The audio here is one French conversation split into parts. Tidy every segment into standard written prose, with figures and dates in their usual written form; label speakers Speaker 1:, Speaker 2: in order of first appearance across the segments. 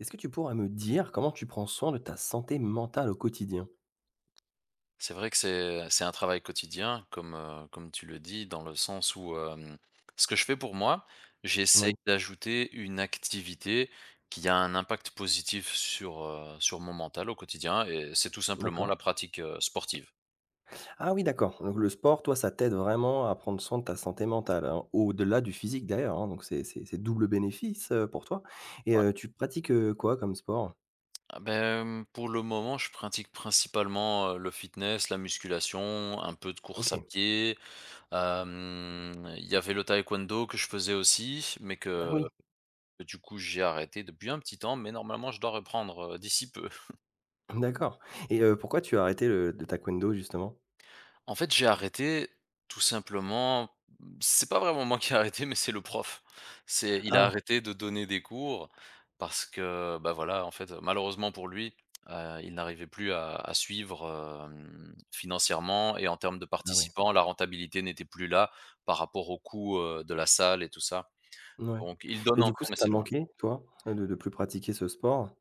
Speaker 1: Est-ce que tu pourrais me dire comment tu prends soin de ta santé mentale au quotidien?
Speaker 2: C'est vrai que c'est un travail quotidien comme, comme tu le dis dans le sens où, ce que je fais pour moi, j'essaie
Speaker 1: Oui,
Speaker 2: d'ajouter une activité qui a un impact positif sur mon mental au quotidien et c'est tout simplement
Speaker 1: d'accord.
Speaker 2: la pratique, sportive.
Speaker 1: Ah oui, d'accord. Donc le sport, toi, ça t'aide vraiment à prendre soin de ta santé mentale, hein, au-delà du physique d'ailleurs, hein, donc c'est double bénéfice, pour toi et tu pratiques, quoi comme sport?
Speaker 2: Ah beh, pour le moment, je pratique principalement, le fitness, la musculation, un peu de course
Speaker 1: OK.
Speaker 2: à pied, il y avait le taekwondo que je faisais aussi mais
Speaker 1: Ah
Speaker 2: que
Speaker 1: oui,
Speaker 2: du coup, j'ai arrêté depuis un petit temps, mais normalement, je dois reprendre, d'ici peu.
Speaker 1: d'accord et pourquoi tu as arrêté le taekwondo justement?
Speaker 2: En fait, j'ai arrêté tout simplement, c'est pas vraiment moi qui ai arrêté, mais c'est le prof. C'est il a
Speaker 1: Ah,
Speaker 2: arrêté de donner des cours parce que, bah, voilà, en fait, malheureusement pour lui, il n'arrivait plus à suivre, financièrement et en termes de
Speaker 1: ah oui.
Speaker 2: participants, la rentabilité n'était plus là par rapport au coût, de la salle et tout ça.
Speaker 1: Ouais, mouais
Speaker 2: Donc il donne
Speaker 1: et du coup,
Speaker 2: encore,
Speaker 1: ça
Speaker 2: mais
Speaker 1: t'a
Speaker 2: c'est loin.
Speaker 1: manqué toi, de plus pratiquer ce sport?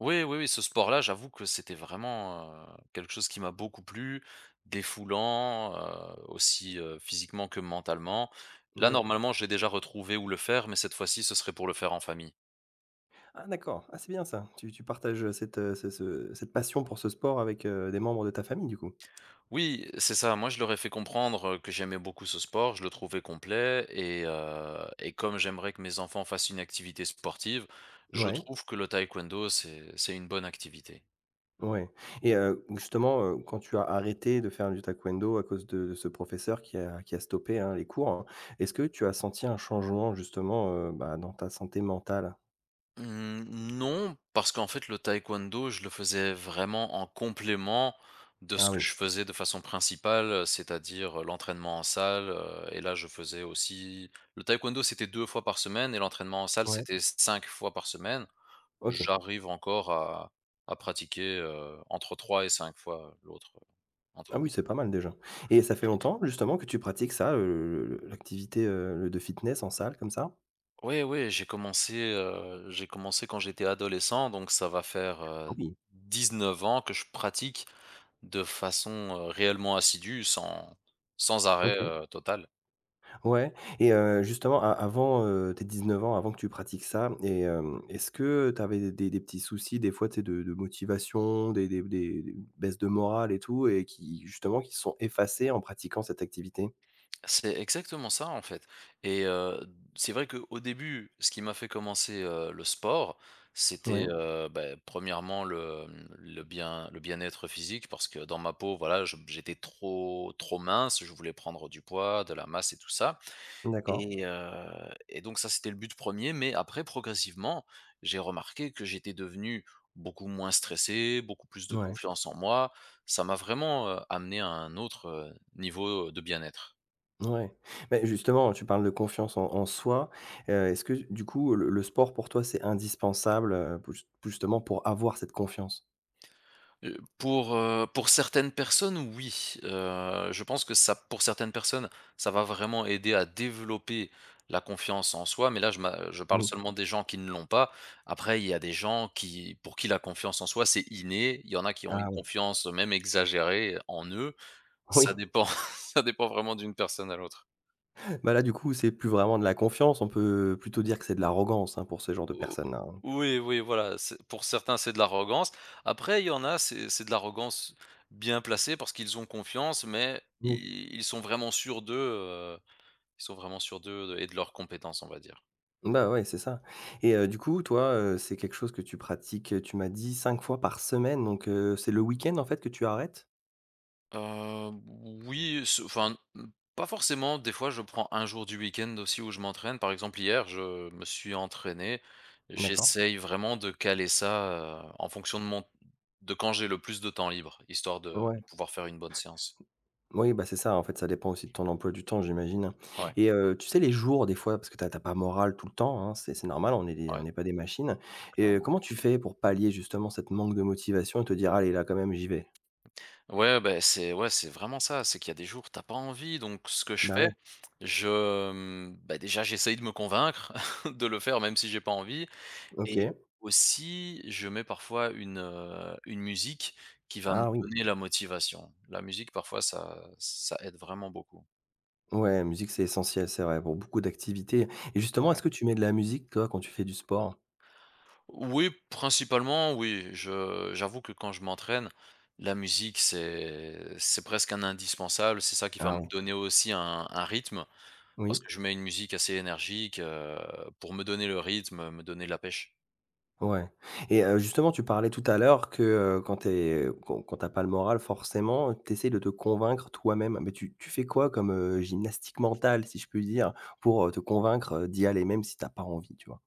Speaker 2: Oui, oui, oui, ce sport-là, j'avoue que c'était vraiment, quelque chose qui m'a beaucoup plu, défoulant, aussi, physiquement que mentalement. Là,
Speaker 1: Oui.
Speaker 2: normalement, j'ai déjà retrouvé où le faire, mais cette fois-ci, ce serait pour le faire en famille.
Speaker 1: Ah d'accord, ah c'est bien ça. Tu partages, cette passion pour ce sport avec, des membres de ta famille du coup?
Speaker 2: Oui, c'est ça, moi, je leur ai fait comprendre, que j'aimais beaucoup ce sport, je le trouvais complet et comme j'aimerais que mes enfants fassent une activité sportive, je
Speaker 1: Ouais,
Speaker 2: trouve que le taekwondo, c'est une bonne activité.
Speaker 1: ouais et justement, quand tu as arrêté de faire du taekwondo à cause de ce professeur qui a stoppé, hein, les cours, hein, est-ce que tu as senti un changement justement, bah, dans ta santé mentale?
Speaker 2: Mmh, non, parce qu'en fait, le taekwondo, je le faisais vraiment en complément de ce
Speaker 1: Ah
Speaker 2: que
Speaker 1: oui,
Speaker 2: je faisais de façon principale, c'est-à-dire, l'entraînement en salle, et là, je faisais aussi le taekwondo, c'était 2 fois par semaine et l'entraînement en salle,
Speaker 1: ouais,
Speaker 2: c'était 5 fois par semaine.
Speaker 1: OK.
Speaker 2: J'arrive encore à pratiquer, entre 3 et 5 fois, l'autre,
Speaker 1: Ah oui,
Speaker 2: entraînement.
Speaker 1: c'est pas mal déjà et ça fait longtemps justement que tu pratiques ça, le l'activité, de fitness en salle comme ça?
Speaker 2: Oui, oui, j'ai commencé quand j'étais adolescent, donc ça va faire,
Speaker 1: Ah oui,
Speaker 2: 19 ans que je pratique de façon, réellement assidue, sans arrêt,
Speaker 1: OK.
Speaker 2: total.
Speaker 1: Ouais et justement a avant, tes 9 ans, avant que tu pratiques ça et est-ce que tu avais des petits soucis des fois, tu sais, de motivation, des baisses de morale et tout et qui justement qui se sont effacés en pratiquant cette activité?
Speaker 2: C'est exactement ça, en fait, et c'est vrai qu'au début, ce qui m'a fait commencer, le sport, c'était,
Speaker 1: Ouais,
Speaker 2: bah, premièrement le bien-être physique parce que dans ma peau, voilà, je j'étais trop trop mince, je voulais prendre du poids, de la masse et tout ça.
Speaker 1: d'accord.
Speaker 2: Et donc ça, c'était le but premier, mais après progressivement, j'ai remarqué que j'étais devenu beaucoup moins stressé, beaucoup plus de
Speaker 1: Ouais,
Speaker 2: confiance en moi. Ça m'a vraiment, amené à un autre, niveau de bien-être.
Speaker 1: ouais. Mais justement, tu parles de confiance en soi, est-ce que du coup le sport pour toi c'est indispensable, pou justement pour avoir cette confiance?
Speaker 2: Pour certaines personnes, oui, je pense que ça, pour certaines personnes, ça va vraiment aider à développer la confiance en soi, mais là, je parle
Speaker 1: Oui.
Speaker 2: seulement des gens qui ne l'ont pas. Après, il y a des gens qui pour qui la confiance en soi, c'est inné. Il y en a qui ont une
Speaker 1: Ah ouais.
Speaker 2: confiance, même exagérée en eux.
Speaker 1: Oui.
Speaker 2: Ça dépend ça dépend vraiment d'une personne à l'autre.
Speaker 1: Bah, là, du coup, c'est plus vraiment de la confiance, on peut plutôt dire que c'est de l'arrogance, hein, pour ce genre de
Speaker 2: O
Speaker 1: personnes-là, hein.
Speaker 2: oui, oui, voilà, c'est pour certains, c'est de l'arrogance. Après, il y en a, c'est de l'arrogance bien placée parce qu'ils ont confiance, mais
Speaker 1: Mmh.
Speaker 2: ils sont vraiment sûrs d'eux, ils sont vraiment sûrs d'eux et de leurs compétences, on va dire.
Speaker 1: Bah, ouais, c'est ça et du coup, toi, c'est quelque chose que tu pratiques, tu m'as dit 5 fois par semaine, donc c'est le week-end, en fait, que tu arrêtes?
Speaker 2: Heu, oui, ce enfin, pas forcément. Des fois, je prends un jour du week-end aussi où je m'entraîne. Par exemple, hier, je me suis entraîné.
Speaker 1: D'accord.
Speaker 2: J'essaye vraiment de caler ça, en fonction de quand j'ai le plus de temps libre, histoire de
Speaker 1: Ouais.
Speaker 2: de pouvoir faire une bonne séance.
Speaker 1: Oui, bah, c'est ça, en fait, ça dépend aussi de ton emploi du temps, j'imagine
Speaker 2: Ouais,
Speaker 1: et tu sais, les jours, des fois, parce que t'as as pas moral tout le temps, hein, c'est normal,
Speaker 2: ouais,
Speaker 1: on est pas des machines et
Speaker 2: clairement.
Speaker 1: comment tu fais pour pallier, justement, cette manque de motivation et te dire: «Allez, là, quand même, j'y vais»?
Speaker 2: Ouais, ben c'est vraiment ça, c'est qu'il y a des jours, t'as pas envie, donc ce que je
Speaker 1: Bah,
Speaker 2: fais,
Speaker 1: oui.
Speaker 2: je, bah, déjà j'essaye de me convaincre de le faire même si j'ai pas envie et
Speaker 1: OK.
Speaker 2: aussi je mets parfois une musique qui va me
Speaker 1: Ah oui.
Speaker 2: donner la motivation. La musique parfois ça aide vraiment beaucoup.
Speaker 1: Ouais, la musique, c'est essentiel, c'est vrai, pour beaucoup d'activités et justement,
Speaker 2: Ouais.
Speaker 1: est-ce que tu mets de la musique, toi, quand tu fais du sport?
Speaker 2: Oui, principalement oui, je j'avoue que quand je m'entraîne, la musique c'est presque un indispensable, c'est ça qui va
Speaker 1: Ah
Speaker 2: me
Speaker 1: ouais,
Speaker 2: donner aussi un rythme. Parce
Speaker 1: oui?
Speaker 2: que je mets une musique assez énergique, pour me donner le rythme, me donner de la pêche.
Speaker 1: Ouais et justement, tu parlais tout à l'heure que, quand tu pas le moral, forcément, t'essayes de te convaincre toi-même, mais tu fais quoi comme, gymnastique mentale, si je puis dire, pour, te convaincre, d'y aller, même si t'as pas envie, tu vois?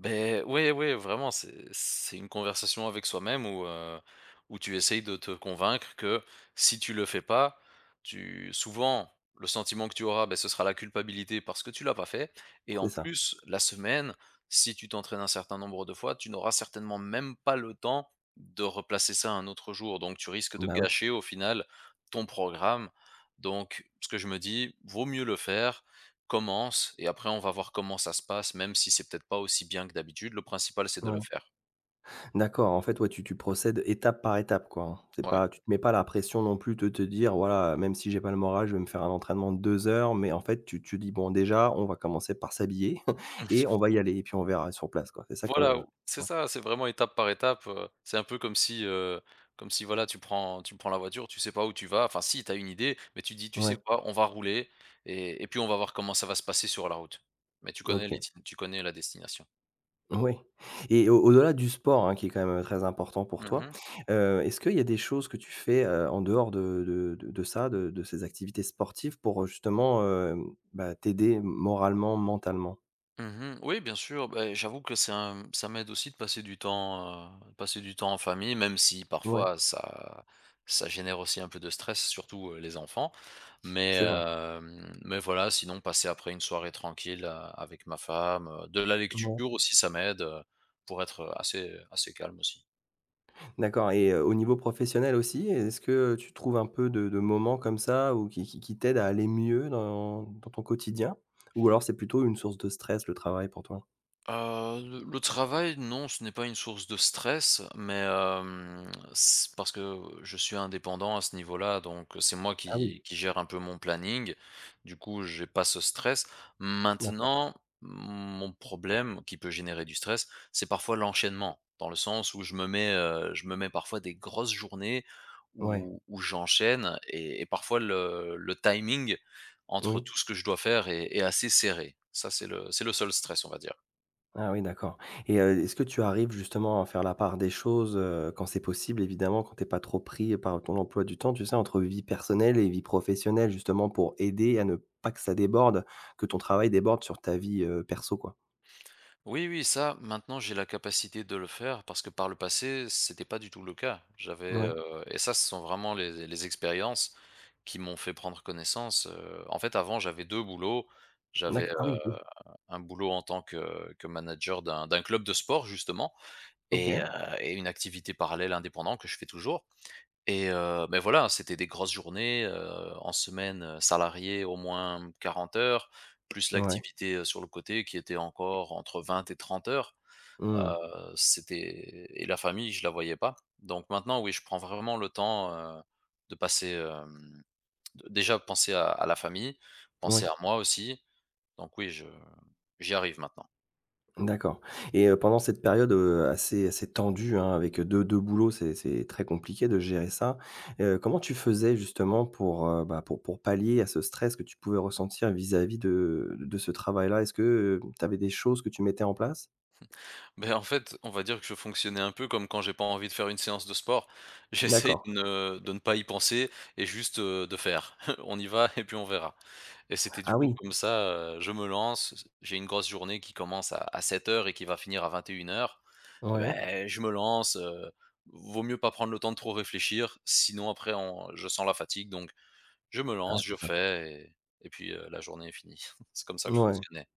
Speaker 2: Ben oui, oui, vraiment, c'est une conversation avec soi-même où tu essayes de te convaincre que si tu le fais pas, tu souvent, le sentiment que tu auras, ben ce sera la culpabilité parce que tu l'as pas fait et
Speaker 1: C'est
Speaker 2: en
Speaker 1: ça.
Speaker 2: plus, la semaine, si tu t'entraînes un certain nombre de fois, tu n'auras certainement même pas le temps de replacer ça un autre jour, donc tu risques de
Speaker 1: Bah, ouais.
Speaker 2: gâcher, au final, ton programme, donc ce que je me dis: «Vaut mieux le faire.» Commence et après on va voir comment ça se passe, même si c'est peut-être pas aussi bien que d'habitude. Le principal, c'est de le
Speaker 1: Ouais.
Speaker 2: faire.
Speaker 1: D'accord, en fait, ouais, tu procèdes étape par étape, quoi, hein. C'est
Speaker 2: Ouais.
Speaker 1: pas tu te mets pas la pression non plus de te dire: «Voilà, même si j'ai pas le moral, je vais me faire un entraînement de 2 heures», mais en fait, tu dis: «Bon, déjà, on va commencer par s'habiller et on va y aller et puis on verra sur place», quoi. C'est ça que
Speaker 2: Voilà, ou c'est
Speaker 1: ouais,
Speaker 2: ça, c'est vraiment étape par étape, c'est un peu comme si, comme si, voilà, tu prends la voiture, tu sais pas où tu vas, enfin si, tu as une idée, mais tu dis: «Tu
Speaker 1: ouais,
Speaker 2: sais quoi? On va rouler et puis on va voir comment ça va se passer sur la route.» Mais tu connais
Speaker 1: OK.
Speaker 2: l'itin tu connais la destination.
Speaker 1: Oui et au au-delà du sport, hein, qui est quand même, très important pour toi,
Speaker 2: Mmh.
Speaker 1: est-ce qu'il y a des choses que tu fais, en dehors de ça, de ces activités sportives pour, justement, bah, t'aider moralement, mentalement?
Speaker 2: Mmh. Oui, bien sûr, beh, j'avoue que c'est un ça m'aide aussi de passer du temps en famille, même si
Speaker 1: Ouais,
Speaker 2: parfois ça génère aussi un peu de stress, surtout, les enfants. Mais,
Speaker 1: c'est vrai.
Speaker 2: hem, mais voilà, sinon passer après une soirée tranquille, avec ma femme, de la
Speaker 1: Ouais.
Speaker 2: lecture aussi, ça m'aide, pour être assez assez calme aussi.
Speaker 1: D'accord et au niveau professionnel aussi, est-ce que tu trouves un peu de moments comme ça ou qui t'aident à aller mieux dans ton quotidien? Ou alors c'est plutôt une source de stress, le travail pour toi?
Speaker 2: Le travail, non, ce n'est pas une source de stress, mais, hem, c parce que je suis indépendant à ce niveau-là, donc c'est moi
Speaker 1: Ah oui,
Speaker 2: qui gère un peu mon planning. Du coup, j'ai pas ce stress.
Speaker 1: d'accord.
Speaker 2: Maintenant, mon problème qui peut générer du stress, c'est parfois l'enchaînement, dans le sens où je me mets parfois des grosses journées
Speaker 1: Ouais,
Speaker 2: où j'enchaîne et parfois le timing entre
Speaker 1: oui.
Speaker 2: tout ce que je dois faire est assez serré. Ça, c'est le seul stress, on va dire.
Speaker 1: Ah oui, d'accord et est-ce que tu arrives justement à faire la part des choses, quand c'est possible évidemment, quand t'es pas trop pris par ton emploi du temps, tu sais, entre vie personnelle et vie professionnelle justement pour aider à ne pas que ça déborde, que ton travail déborde sur ta vie, perso quoi?
Speaker 2: Oui, oui, ça, maintenant, j'ai la capacité de le faire parce que par le passé, c'était pas du tout le cas. J'avais,
Speaker 1: Ouais.
Speaker 2: heu et ça, ce sont vraiment les expériences qui m'ont fait prendre connaissance, en fait, avant, j'avais 2 boulots. J'avais,
Speaker 1: D'accord. Ah oui, oui.
Speaker 2: un boulot en tant que manager d'un club de sport, justement, et
Speaker 1: OK.
Speaker 2: heu et une activité parallèle indépendante que je fais toujours et, beh, voilà, c'était des grosses journées, en semaine, salarié au moins 40 heures, plus
Speaker 1: Ouais.
Speaker 2: l'activité, sur le côté qui était encore entre 20 et 30 heures.
Speaker 1: Mmh.
Speaker 2: Heu, c'était et la famille, je la voyais pas. Donc maintenant, oui, je prends vraiment le temps, de passer, hem, de déjà penser à la famille, penser
Speaker 1: Oui,
Speaker 2: à moi aussi. Donc oui, je j'y arrive maintenant.
Speaker 1: d'accord et pendant cette période, assez tendue, hein, avec deux 2 boulots, c'est très compliqué de gérer ça. Comment tu faisais justement pour, bah, pour pallier à ce stress que tu pouvais ressentir vis-à-vis de ce travail-là? Est-ce que, tu avais des choses que tu mettais en place?
Speaker 2: Beh, en fait, on va dire que je fonctionnais un peu comme quand j'ai pas envie de faire une séance de sport. J'essaye de
Speaker 1: D'accord.
Speaker 2: ne de ne pas y penser et juste, de faire. On y va et puis on verra. Et c'était du
Speaker 1: Ah
Speaker 2: coup
Speaker 1: oui,
Speaker 2: comme ça, je me lance, j'ai une grosse journée qui commence à 7 heures et qui va finir à 21 heures. Eh
Speaker 1: ouais.
Speaker 2: beh, je me lance, vaut mieux pas prendre le temps de trop réfléchir, sinon après on je sens la fatigue donc je me
Speaker 1: Ah
Speaker 2: lance,
Speaker 1: c'est
Speaker 2: je
Speaker 1: ça.
Speaker 2: fais et puis, la journée est finie. C'est comme ça que je
Speaker 1: Ouais.
Speaker 2: fonctionnais.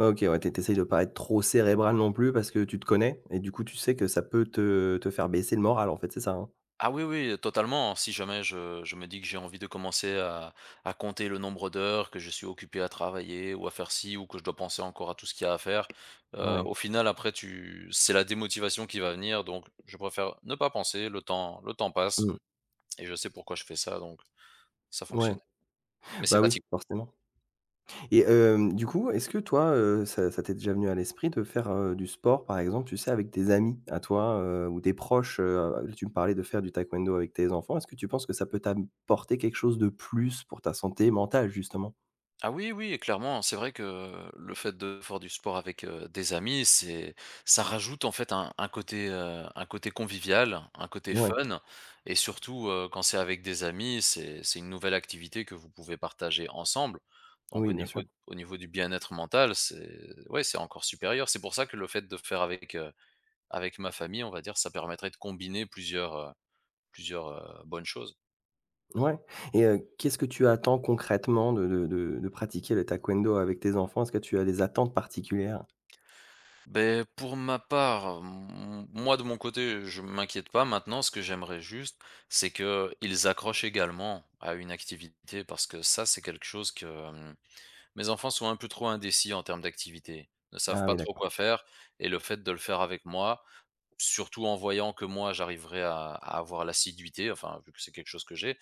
Speaker 1: Ouais, OK, ouais, tu de pas être trop cérébral non plus parce que tu te connais et du coup, tu sais que ça peut te faire baisser le moral en fait, c'est ça, hein?
Speaker 2: Ah oui, oui, totalement. Si jamais je me dis que j'ai envie de commencer à compter le nombre d'heures que je suis occupé à travailler ou à faire ci ou que je dois penser encore à tout ce qu'il y a à faire,
Speaker 1: Ouais.
Speaker 2: au final après tu c'est la démotivation qui va venir donc je préfère ne pas penser, le temps passe
Speaker 1: Mmh.
Speaker 2: et je sais pourquoi je fais ça donc ça
Speaker 1: Ouais.
Speaker 2: fonctionne. Mais c'est
Speaker 1: Bah oui,
Speaker 2: fatigant.
Speaker 1: forcément. Et du coup, est-ce que toi, ça t'est déjà venu à l'esprit de faire, du sport, par exemple, tu sais, avec des amis à toi, ou des proches, Tu me parlais de faire du taekwondo avec tes enfants. Est-ce que tu penses que ça peut t'apporter quelque chose de plus pour ta santé mentale, justement?
Speaker 2: Ah oui, oui, clairement, c'est vrai que le fait de faire du sport avec, des amis, ça rajoute en fait un côté, un côté convivial, un côté
Speaker 1: Ouais,
Speaker 2: fun, et surtout, quand c'est avec des amis, c'est une nouvelle activité que vous pouvez partager ensemble. Donc au
Speaker 1: oui, bien
Speaker 2: niveau,
Speaker 1: sûr.
Speaker 2: au niveau du bien-être mental, ouais, c'est encore supérieur. C'est pour ça que le fait de faire avec ma famille, on va dire, ça permettrait de combiner plusieurs bonnes choses.
Speaker 1: Ouais et qu'est-ce que tu attends concrètement de pratiquer le taekwondo avec tes enfants? Est-ce que tu as des attentes particulières?
Speaker 2: Ben pour ma part, m moi de mon côté, je m'inquiète pas. Maintenant, ce que j'aimerais juste, c'est qu'ils accrochent également à une activité parce que ça, c'est quelque chose que, mes enfants sont un peu trop indécis en termes d'activité, ne savent
Speaker 1: Ah
Speaker 2: pas
Speaker 1: oui,
Speaker 2: trop
Speaker 1: d'accord.
Speaker 2: quoi faire et le fait de le faire avec moi, surtout en voyant que moi j'arriverai à avoir l'assiduité, enfin vu que c'est quelque chose que j'ai,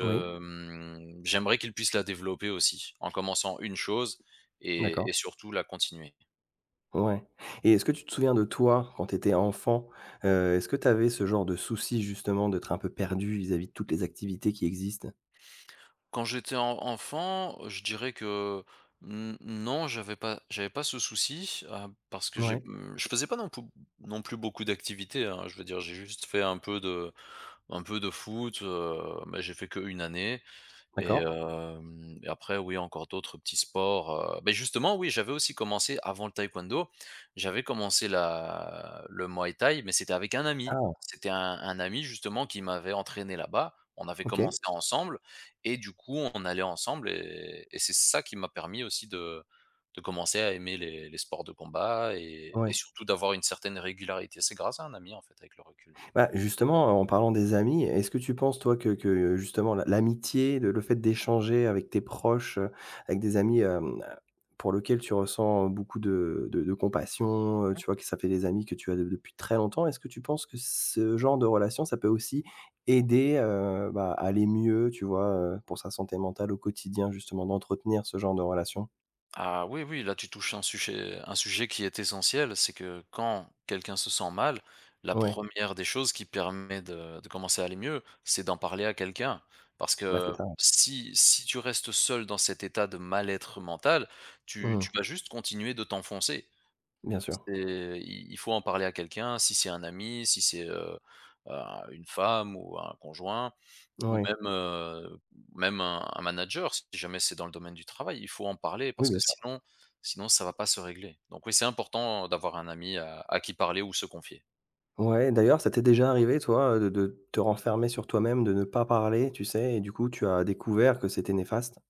Speaker 1: Oui,
Speaker 2: mmh, j'aimerais qu'ils puissent la développer aussi, en commençant une chose et
Speaker 1: d'accord.
Speaker 2: et surtout la continuer.
Speaker 1: Ouais et est-ce que tu te souviens de toi quand tu étais enfant? Est-ce que tu avais ce genre de souci justement d'être un peu perdu vis-à-vis de toutes les activités qui existent?
Speaker 2: Quand j'étais en enfant, je dirais que n non, j'avais pas ce souci, parce que
Speaker 1: Ouais,
Speaker 2: je faisais pas non plus beaucoup d'activités, hein. Je veux dire, j'ai juste fait un peu de foot, mais j'ai fait que une année. Et
Speaker 1: d'accord.
Speaker 2: hem et après oui, encore d'autres petits sports, beh, justement oui, j'avais aussi commencé avant le taekwondo, j'avais commencé la le muay thai, mais c'était avec un ami.
Speaker 1: Ah!
Speaker 2: C'était un ami justement qui m'avait entraîné là-bas. On avait
Speaker 1: OK,
Speaker 2: commencé ensemble et du coup, on allait ensemble et c'est ça qui m'a permis aussi de commencer à aimer les sports de combat et
Speaker 1: ouais.
Speaker 2: surtout d'avoir une certaine régularité. C'est grâce à un ami en fait, avec le recul.
Speaker 1: Bah, justement, en parlant des amis, est-ce que tu penses, toi, que justement l'amitié, le fait d'échanger avec tes proches, avec des amis, pour lequel tu ressens beaucoup de compassion, tu vois que ça fait des amis que tu as de depuis très longtemps, est-ce que tu penses que ce genre de relation, ça peut aussi aider, bah, à aller mieux, tu vois, pour sa santé mentale au quotidien, justement, d'entretenir ce genre de relation?
Speaker 2: Ah oui, oui, là tu touches un sujet qui est essentiel, c'est que quand quelqu'un se sent mal, la
Speaker 1: Ouais,
Speaker 2: première des choses qui permet de commencer à aller mieux, c'est d'en parler à quelqu'un. Parce
Speaker 1: bah, c'est
Speaker 2: que
Speaker 1: ça, ouais.
Speaker 2: si tu restes seul dans cet état de mal-être mental, tu
Speaker 1: Mmh,
Speaker 2: vas juste continuer de t'enfoncer.
Speaker 1: bien sûr.
Speaker 2: Il faut en parler à quelqu'un, si c'est un ami, si c'est euh, une femme ou un conjoint. Ou
Speaker 1: Oui.
Speaker 2: même, même un manager, si jamais c'est dans le domaine du travail, il faut en parler
Speaker 1: Oui,
Speaker 2: parce
Speaker 1: bien
Speaker 2: que
Speaker 1: sûr.
Speaker 2: sinon ça va pas se régler. Donc oui, c'est important d'avoir un ami à qui parler ou se confier.
Speaker 1: Ouais, d'ailleurs, ça t'est déjà arrivé, toi, de te renfermer sur toi-même, de ne pas parler, tu sais? Et du coup, tu as découvert que c'était néfaste?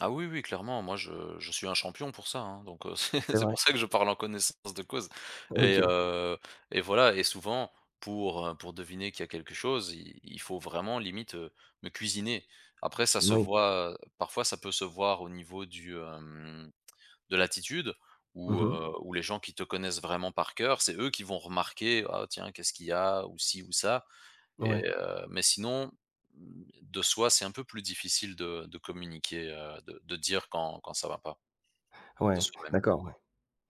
Speaker 2: Ah oui, oui, clairement, moi je suis un champion pour ça, hein, donc c'est
Speaker 1: C'est
Speaker 2: c'est
Speaker 1: vrai?
Speaker 2: pour ça que je parle en connaissance de cause
Speaker 1: OK.
Speaker 2: et heu et voilà et souvent pour deviner qu'il y a quelque chose, il faut vraiment limite, me cuisiner. Après ça se
Speaker 1: Oui.
Speaker 2: voit, parfois ça peut se voir au niveau du, hem de latitude, où,
Speaker 1: Mmh.
Speaker 2: où les gens qui te connaissent vraiment par cœur, c'est eux qui vont remarquer: «Ah tiens, qu'est-ce qu'il y a?» ou «ci» ou «ça» et
Speaker 1: Ouais.
Speaker 2: mais sinon, mmh, de soi, c'est un peu plus difficile de communiquer, de dire quand ça va pas, de
Speaker 1: Ouais.
Speaker 2: soi-même.
Speaker 1: D'accord, ouais.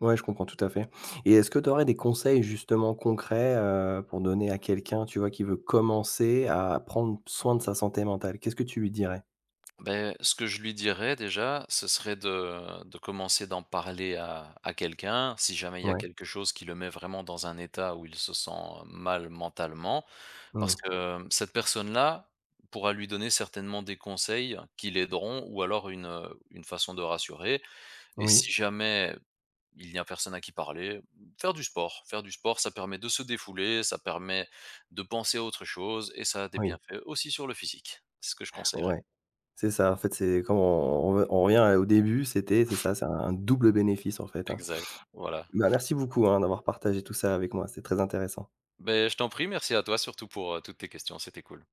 Speaker 1: Ouais, je comprends tout à fait et est-ce que tu aurais des conseils, justement, concrets, pour donner à quelqu'un, tu vois, qui veut commencer à prendre soin de sa santé mentale? Qu'est-ce que tu lui dirais?
Speaker 2: Ben, ce que je lui dirais déjà, ce serait de commencer d'en parler à quelqu'un. Si jamais il y a
Speaker 1: Ouais.
Speaker 2: quelque chose qui le met vraiment dans un état où il se sent mal mentalement, parce
Speaker 1: Mmh.
Speaker 2: que cette personne-là pourra lui donner certainement des conseils qui l'aideront ou alors une façon de rassurer et
Speaker 1: Oui.
Speaker 2: si jamais il n'y a personne à qui parler, faire du sport. Faire du sport, ça permet de se défouler, ça permet de penser à autre chose et ça a des
Speaker 1: Oui.
Speaker 2: bienfaits aussi sur le physique. C'est ce que je conseillerais.
Speaker 1: Ouais. C'est ça, en fait, c'est comme on revient au début, c'est ça, c'est un double bénéfice, en fait, hein.
Speaker 2: Exact, voilà.
Speaker 1: Bah, merci beaucoup, hein, d'avoir partagé tout ça avec moi, c'est très intéressant.
Speaker 2: Ben, je t'en prie, merci à toi surtout pour, toutes tes questions, c'était cool.